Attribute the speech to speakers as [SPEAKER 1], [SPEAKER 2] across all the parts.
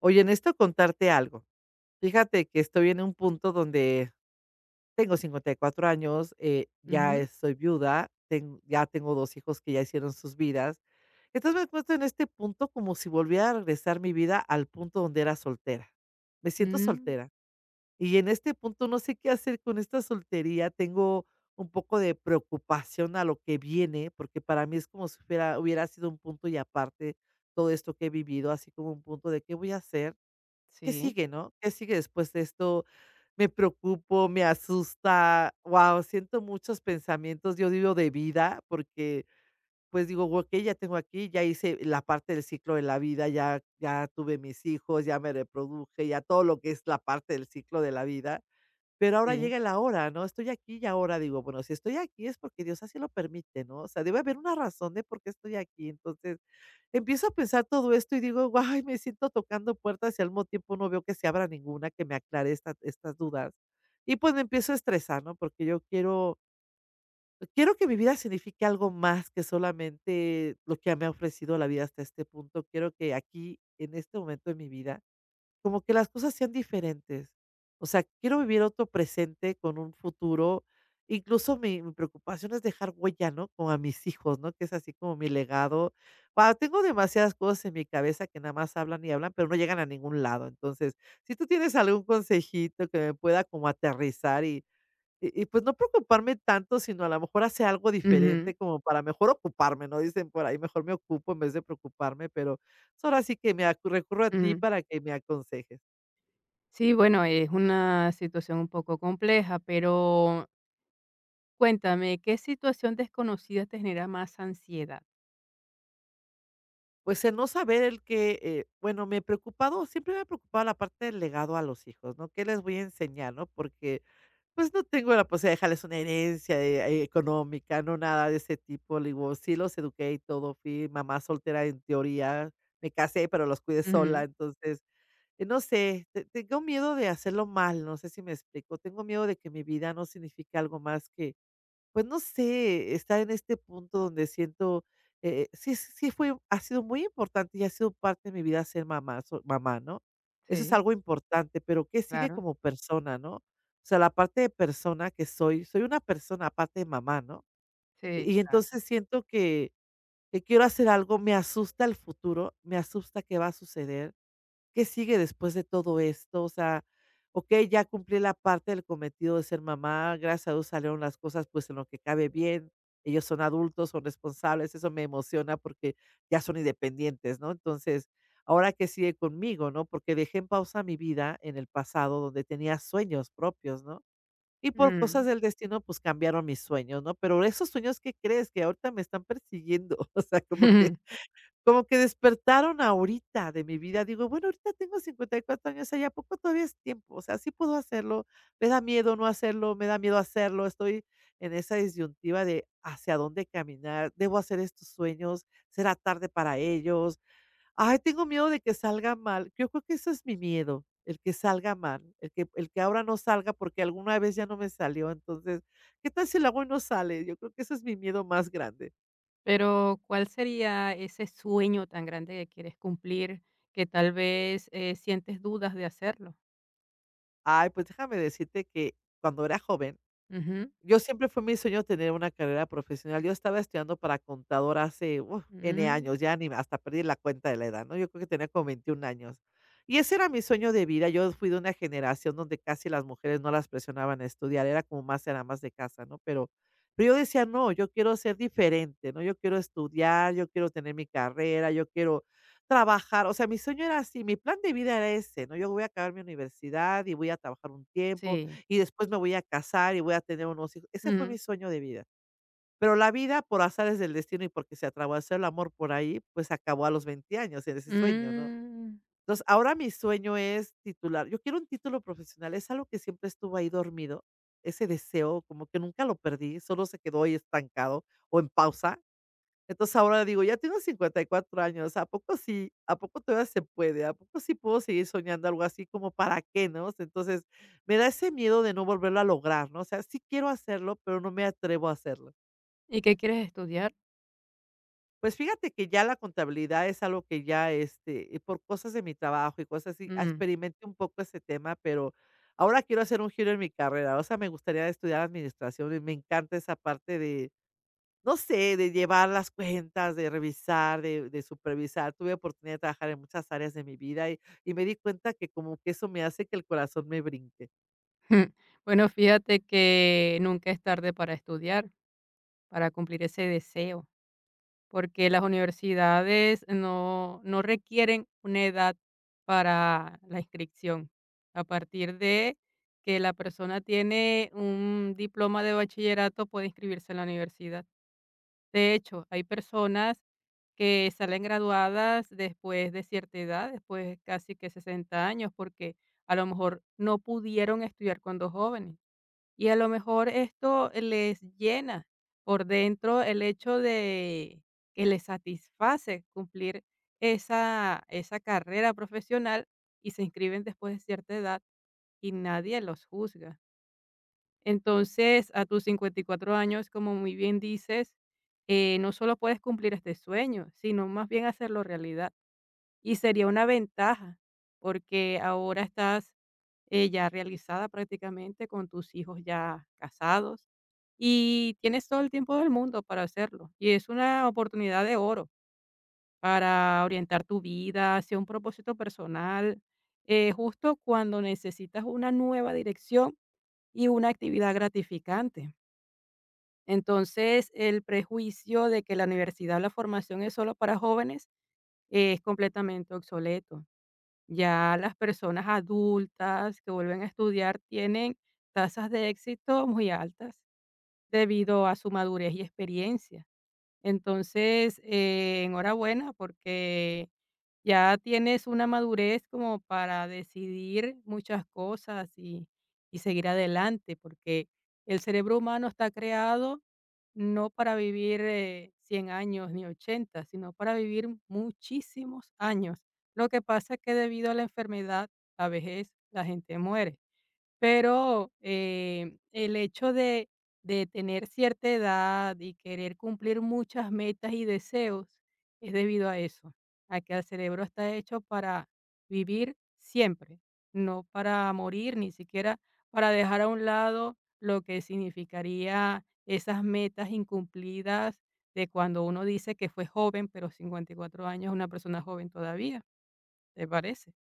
[SPEAKER 1] Oye, esto contarte algo. Fíjate que estoy en un punto donde tengo 54 años, ya
[SPEAKER 2] Ujú,
[SPEAKER 1] estoy viuda, ya tengo dos hijos que ya hicieron sus vidas. Entonces me encuentro en este punto como si volviera a regresar mi vida al punto donde era soltera. Me siento
[SPEAKER 2] mm,
[SPEAKER 1] soltera. Y en este punto no sé qué hacer con esta soltería. Tengo un poco de preocupación a lo que viene, porque para mí es como si hubiera sido un punto y aparte todo esto que he vivido, así como un punto de qué voy a hacer. ¿Qué
[SPEAKER 2] sí,
[SPEAKER 1] sigue, no? ¿Qué sigue después de esto? Me preocupo, me asusta, wow, siento muchos pensamientos, yo digo, de vida, porque pues digo: "Okey, ya tengo aquí, ya hice la parte del ciclo de la vida, ya tuve mis hijos, ya me reproduje", ya todo lo que es la parte del ciclo de la vida. Pero ahora
[SPEAKER 2] sí,
[SPEAKER 1] llega el ahora, ¿no? Estoy aquí y ahora digo, bueno, si estoy aquí es porque Dios así lo permite, ¿no? O sea, debe haber una razón de por qué estoy aquí. Entonces empiezo a pensar todo esto y digo, ay, me siento tocando puertas y al mismo tiempo no veo que se abra ninguna que me aclare estas dudas. Y pues me empiezo a estresar, ¿no? Porque yo quiero que mi vida signifique algo más que solamente lo que me ha ofrecido la vida hasta este punto. Quiero que aquí, en este momento de mi vida, como que las cosas sean diferentes. O sea, quiero vivir otro presente con un futuro. Incluso mi preocupación es dejar huella, ¿no? Como a mis hijos, ¿no? Que es así como mi legado. Guau, tengo demasiadas cosas en mi cabeza que nada más hablan y hablan, pero no llegan a ningún lado. Entonces, si tú tienes algún consejito que me pueda como aterrizar y, pues no preocuparme tanto, sino a lo mejor hacer algo
[SPEAKER 2] ujú,
[SPEAKER 1] diferente como para mejor ocuparme, ¿no? Dicen por ahí, mejor me ocupo en vez de preocuparme, pero pues, ahora sí que recurro a ti
[SPEAKER 2] ujú.
[SPEAKER 1] para que me aconsejes.
[SPEAKER 2] Sí, bueno, es una situación un poco compleja, pero cuéntame, ¿qué situación desconocida te genera más ansiedad?
[SPEAKER 1] Pues el no saber el que, bueno, me he preocupado, siempre me ha preocupado la parte del legado a los hijos, ¿no? ¿Qué les voy a enseñar, no? Porque pues no tengo la posibilidad de dejarles una herencia, económica, no nada de ese tipo. Le digo, sí los eduqué y todo, fui mamá soltera en teoría, me casé, pero los cuidé
[SPEAKER 2] Ujú,
[SPEAKER 1] sola. Entonces, no sé, tengo miedo de hacerlo mal, no sé si me explico. Tengo miedo de que mi vida no signifique algo más. Pues no sé, está en este punto donde siento, sí fue ha sido muy importante y ha sido parte de mi vida ser mamá mamá, ¿no? Eso es
[SPEAKER 2] sí,
[SPEAKER 1] algo importante, pero ¿qué sigue
[SPEAKER 2] claro,
[SPEAKER 1] como persona, no? O sea, la parte de persona que soy, soy una persona aparte de mamá, ¿no?
[SPEAKER 2] sí,
[SPEAKER 1] Y
[SPEAKER 2] claro,
[SPEAKER 1] entonces siento que quiero hacer algo, me asusta el futuro, me asusta qué va a suceder. ¿Qué sigue después de todo esto? O sea, okey, ya cumplí la parte del cometido de ser mamá, gracias a Dios salieron las cosas, pues, en lo que cabe, bien. Ellos son adultos, son responsables, eso me emociona porque ya son independientes, ¿no? Entonces, ¿ahora qué sigue conmigo, no? Porque dejé en pausa mi vida en el pasado, donde tenía sueños propios, ¿no? Y por
[SPEAKER 2] mm,
[SPEAKER 1] cosas del destino, pues, cambiaron mis sueños, ¿no? Pero esos sueños, ¿qué crees? Que ahorita me están persiguiendo, o sea, como que como que despertaron ahorita de mi vida. Digo, bueno, ahorita tengo 54 años, o sea, ¿y a poco todavía es tiempo? O sea, sí puedo hacerlo. Me da miedo no hacerlo, me da miedo hacerlo. Estoy en esa disyuntiva de hacia dónde caminar. ¿Debo hacer estos sueños? ¿Será tarde para ellos? Ay, tengo miedo de que salga mal. Yo creo que eso es mi miedo, el que salga mal, el que ahora no salga porque alguna vez ya no me salió. Entonces, ¿qué tal si el agua no sale? Yo creo que ese es mi miedo más grande.
[SPEAKER 2] pero, ¿cuál sería ese sueño tan grande que quieres cumplir, que tal vez, sientes dudas de hacerlo?
[SPEAKER 1] Ay, pues déjame decirte que cuando era joven,
[SPEAKER 2] Ujú,
[SPEAKER 1] yo siempre fue mi sueño tener una carrera profesional. Yo estaba estudiando para contador hace, uf, N años,
[SPEAKER 2] mm,
[SPEAKER 1] ya ni hasta perdí la cuenta de la edad, ¿no? Yo creo que tenía como 21 años. Y ese era mi sueño de vida. Yo fui de una generación donde casi las mujeres no las presionaban a estudiar, era como más, eran más de casa, ¿no? Pero yo decía, no, yo quiero ser diferente, ¿no? Yo quiero estudiar, yo quiero tener mi carrera, yo quiero trabajar. O sea, mi sueño era así, mi plan de vida era ese, ¿no? Yo voy a acabar mi universidad y voy a trabajar un tiempo
[SPEAKER 2] sí,
[SPEAKER 1] y después me voy a casar y voy a tener unos hijos. Ese fue
[SPEAKER 2] ujú,
[SPEAKER 1] mi sueño de vida. Pero la vida, por azares del destino y porque se atravesó el amor por ahí, pues acabó a los 20 años en ese sueño, ¿no?
[SPEAKER 2] mm,
[SPEAKER 1] Entonces, ahora mi sueño es titular. Yo quiero un título profesional. Es algo que siempre estuvo ahí dormido. Ese deseo, como que nunca lo perdí, solo se quedó ahí estancado o en pausa. Entonces, ahora digo: "Ya tengo 54 años, ¿a poco sí? ¿A poco todavía se puede? ¿A poco sí puedo seguir soñando algo así? ¿Como para qué?", ¿no? Entonces me da ese miedo de no volverlo a lograr, ¿no? O sea, sí quiero hacerlo, pero no me atrevo a hacerlo.
[SPEAKER 2] ¿y qué quieres estudiar?
[SPEAKER 1] Pues fíjate que ya la contabilidad es algo que ya, este, por cosas de mi trabajo y cosas así, ah,
[SPEAKER 2] Mm.
[SPEAKER 1] experimenté un poco ese tema, pero ahora quiero hacer un giro en mi carrera. O sea, me gustaría estudiar administración y me encanta esa parte de, no sé, de llevar las cuentas, de revisar, de supervisar. Tuve oportunidad de trabajar en muchas áreas de mi vida y me di cuenta que como que eso me hace que el corazón me brinque.
[SPEAKER 2] Mm, bueno, fíjate que nunca es tarde para estudiar, para cumplir ese deseo, porque las universidades no, no requieren una edad para la inscripción. A partir de que la persona tiene un diploma de bachillerato, puede inscribirse en la universidad. De hecho, hay personas que salen graduadas después de cierta edad, después casi que 60 años, porque a lo mejor no pudieron estudiar cuando jóvenes y a lo mejor esto les llena por dentro el hecho de que les satisface cumplir esa carrera profesional y se inscriben después de cierta edad y nadie los juzga. Entonces, a tus 54 años, como muy bien dices, no solo puedes cumplir este sueño, sino más bien hacerlo realidad. Y sería una ventaja, porque ahora estás, ya realizada prácticamente con tus hijos ya casados y tienes todo el tiempo del mundo para hacerlo. Y es una oportunidad de oro para orientar tu vida hacia un propósito personal, justo cuando necesitas una nueva dirección y una actividad gratificante. Entonces, el prejuicio de que la universidad o la formación es solo para jóvenes es completamente obsoleto. Ya las personas adultas que vuelven a estudiar tienen tasas de éxito muy altas debido a su madurez y experiencia. Entonces, enhorabuena porque ya tienes una madurez como para decidir muchas cosas y, seguir adelante, porque el cerebro humano está creado no para vivir 100 años ni 80, sino para vivir muchísimos años. Lo que pasa es que debido a la enfermedad, la vejez, la gente muere. Pero, el hecho de tener cierta edad y querer cumplir muchas metas y deseos es debido a eso, a que el cerebro está hecho para vivir siempre, no para morir, ni siquiera para dejar a un lado lo que significaría esas metas incumplidas de cuando uno dice que fue joven, pero 54 años es una persona joven todavía, ¿te parece?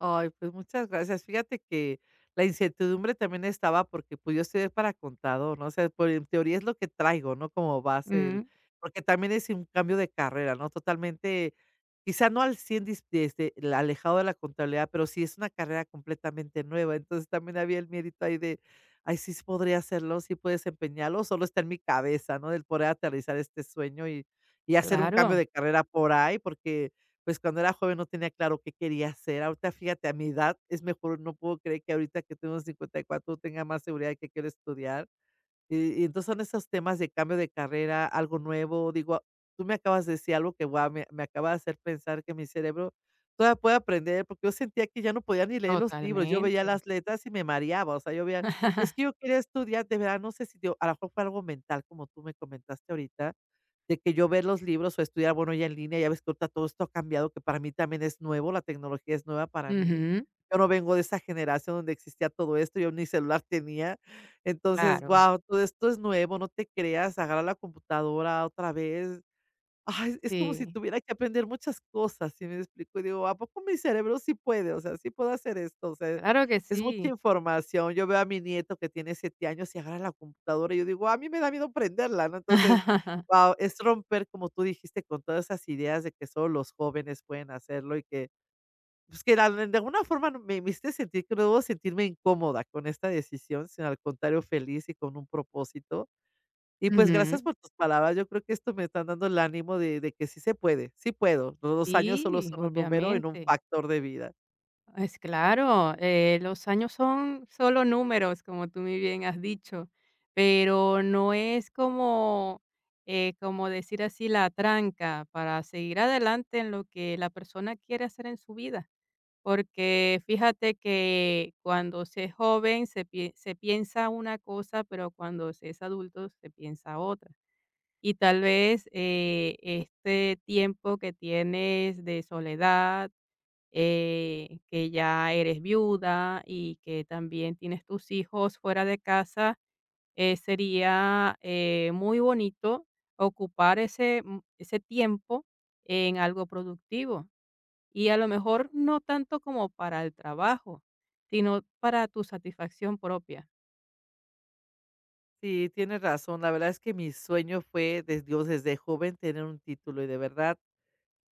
[SPEAKER 1] Ay, pues muchas gracias. Fíjate que la incertidumbre también estaba porque pues yo estudié para contador, ¿no? O sea, por, en teoría es lo que traigo, ¿no? Como base,
[SPEAKER 2] Mm,
[SPEAKER 1] el, porque también es un cambio de carrera, ¿no? Totalmente, quizá no al 100 el alejado de la contabilidad, pero sí es una carrera completamente nueva. Entonces también había el mérito ahí de, ay, sí podría hacerlo, sí puedes desempeñarlo, solo está en mi cabeza, ¿no? Del poder aterrizar este sueño y hacer un cambio
[SPEAKER 2] claro,
[SPEAKER 1] de carrera por ahí, porque pues, cuando era joven no tenía claro qué quería hacer. Ahorita, fíjate, a mi edad es mejor, no puedo creer que ahorita que tengo 54 tenga más seguridad de que quiero estudiar. Y entonces son esos temas de cambio de carrera, algo nuevo. Digo, tú me acabas de decir algo que, guau, me acaba de hacer pensar que mi cerebro todavía puede aprender, porque yo sentía que ya no podía ni leer los libros. Yo veía
[SPEAKER 2] totalmente.
[SPEAKER 1] las letras y me mareaba, o sea, yo veía, es que yo quería estudiar, de verdad, no sé si, digo, a lo mejor fue algo mental, como tú me comentaste ahorita, de que yo ver los libros o estudiar, bueno, ya en línea, ya ves que ahorita todo esto ha cambiado, que para mí también es nuevo, la tecnología es nueva para mí.
[SPEAKER 2] Ujú.
[SPEAKER 1] Yo no vengo de esa generación donde existía todo esto, yo ni celular tenía. Entonces,
[SPEAKER 2] Claro,
[SPEAKER 1] guau, todo esto es nuevo, no te creas, agarrar la computadora otra vez. Ay, es como si
[SPEAKER 2] sí,
[SPEAKER 1] tuviera que aprender muchas cosas, ¿sí me explico? Y digo, ¿a poco mi cerebro sí puede? O sea, sí puedo hacer esto, o sea,
[SPEAKER 2] claro que
[SPEAKER 1] es mucha
[SPEAKER 2] sí.
[SPEAKER 1] información. Yo veo a mi nieto que tiene 7 años y agarra la computadora y yo digo, a mí me da miedo prenderla, ¿no? Entonces, wow, es romper, como tú dijiste, con todas esas ideas de que solo los jóvenes pueden hacerlo y que pues que la de alguna forma no- me hiciste sentir que no debo sentirme incómoda con esta decisión, sino al contrario, feliz y con un propósito. Y pues gracias
[SPEAKER 2] Ujú.
[SPEAKER 1] por tus palabras. Yo creo que esto me están dando el ánimo de que sí se puede, sí puedo. Los 2 años solo
[SPEAKER 2] Sí,
[SPEAKER 1] son un número en un
[SPEAKER 2] obviamente.
[SPEAKER 1] factor de vida.
[SPEAKER 2] Es claro, los años son solo números, como tú muy bien has dicho, pero no es como, como decir así, la tranca para seguir adelante en lo que la persona quiere hacer en su vida. Porque fíjate que cuando se es joven se piensa una cosa, pero cuando se es adulto se piensa otra. Y tal vez, este tiempo que tienes de soledad, que ya eres viuda y que también tienes tus hijos fuera de casa, sería, muy bonito ocupar ese tiempo en algo productivo. Y a lo mejor no tanto como para el trabajo, sino para tu satisfacción propia.
[SPEAKER 1] Sí, tienes razón. La verdad es que mi sueño fue, desde Dios, desde joven, tener un título y de verdad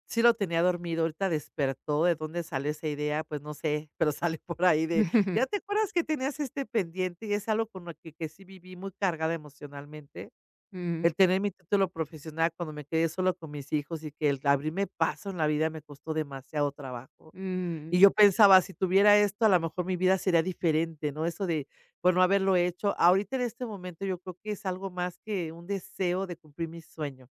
[SPEAKER 1] sí lo tenía dormido, ahorita despertó. ¿De dónde salió esa idea? Pues no sé, pero sale por ahí de: "¿Ya te acuerdas que tenías este pendiente?". Y es algo con lo que sí viví muy cargada emocionalmente.
[SPEAKER 2] Ujú,
[SPEAKER 1] El tener mi título profesional cuando me quedé solo con mis hijos y que el abrirme paso en la vida me costó demasiado trabajo. Y
[SPEAKER 2] mm,
[SPEAKER 1] yo pensaba, si tuviera esto, a lo mejor mi vida sería diferente, ¿no? Eso de, por no haberlo hecho. Ahorita en este momento yo creo que es algo más que un deseo de cumplir mi sueño,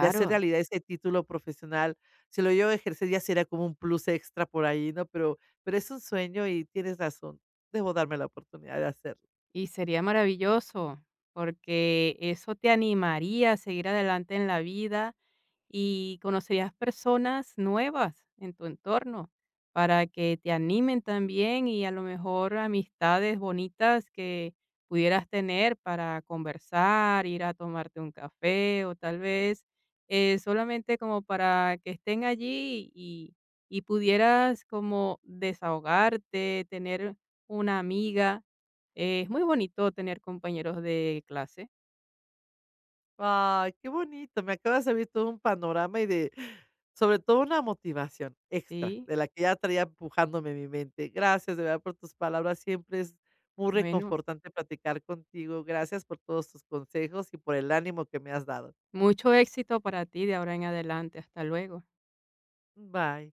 [SPEAKER 1] de hacer realidad ese título profesional. Si lo llevo a ejercer ya sería como un plus extra por ahí, ¿no? Pero es un sueño y tienes razón. Debo darme la oportunidad de hacerlo.
[SPEAKER 2] Y sería maravilloso, porque eso te animaría a seguir adelante en la vida y conocerías personas nuevas en tu entorno para que te animen también y a lo mejor amistades bonitas que pudieras tener para conversar, ir a tomarte un café o tal vez solamente como para que estén allí y, pudieras como desahogarte, tener una amiga. Es muy bonito tener compañeros de clase,
[SPEAKER 1] Ay, qué bonito. Me acabas de abrir todo un panorama y de, sobre todo, una motivación extra
[SPEAKER 2] sí.
[SPEAKER 1] de la que ya traía empujándome mi mente. Gracias de verdad por tus palabras. Siempre es muy
[SPEAKER 2] Bueno,
[SPEAKER 1] reconfortante platicar contigo. Gracias por todos tus consejos y por el ánimo que me has dado.
[SPEAKER 2] mucho éxito para ti de ahora en adelante. Hasta luego.
[SPEAKER 1] Bye.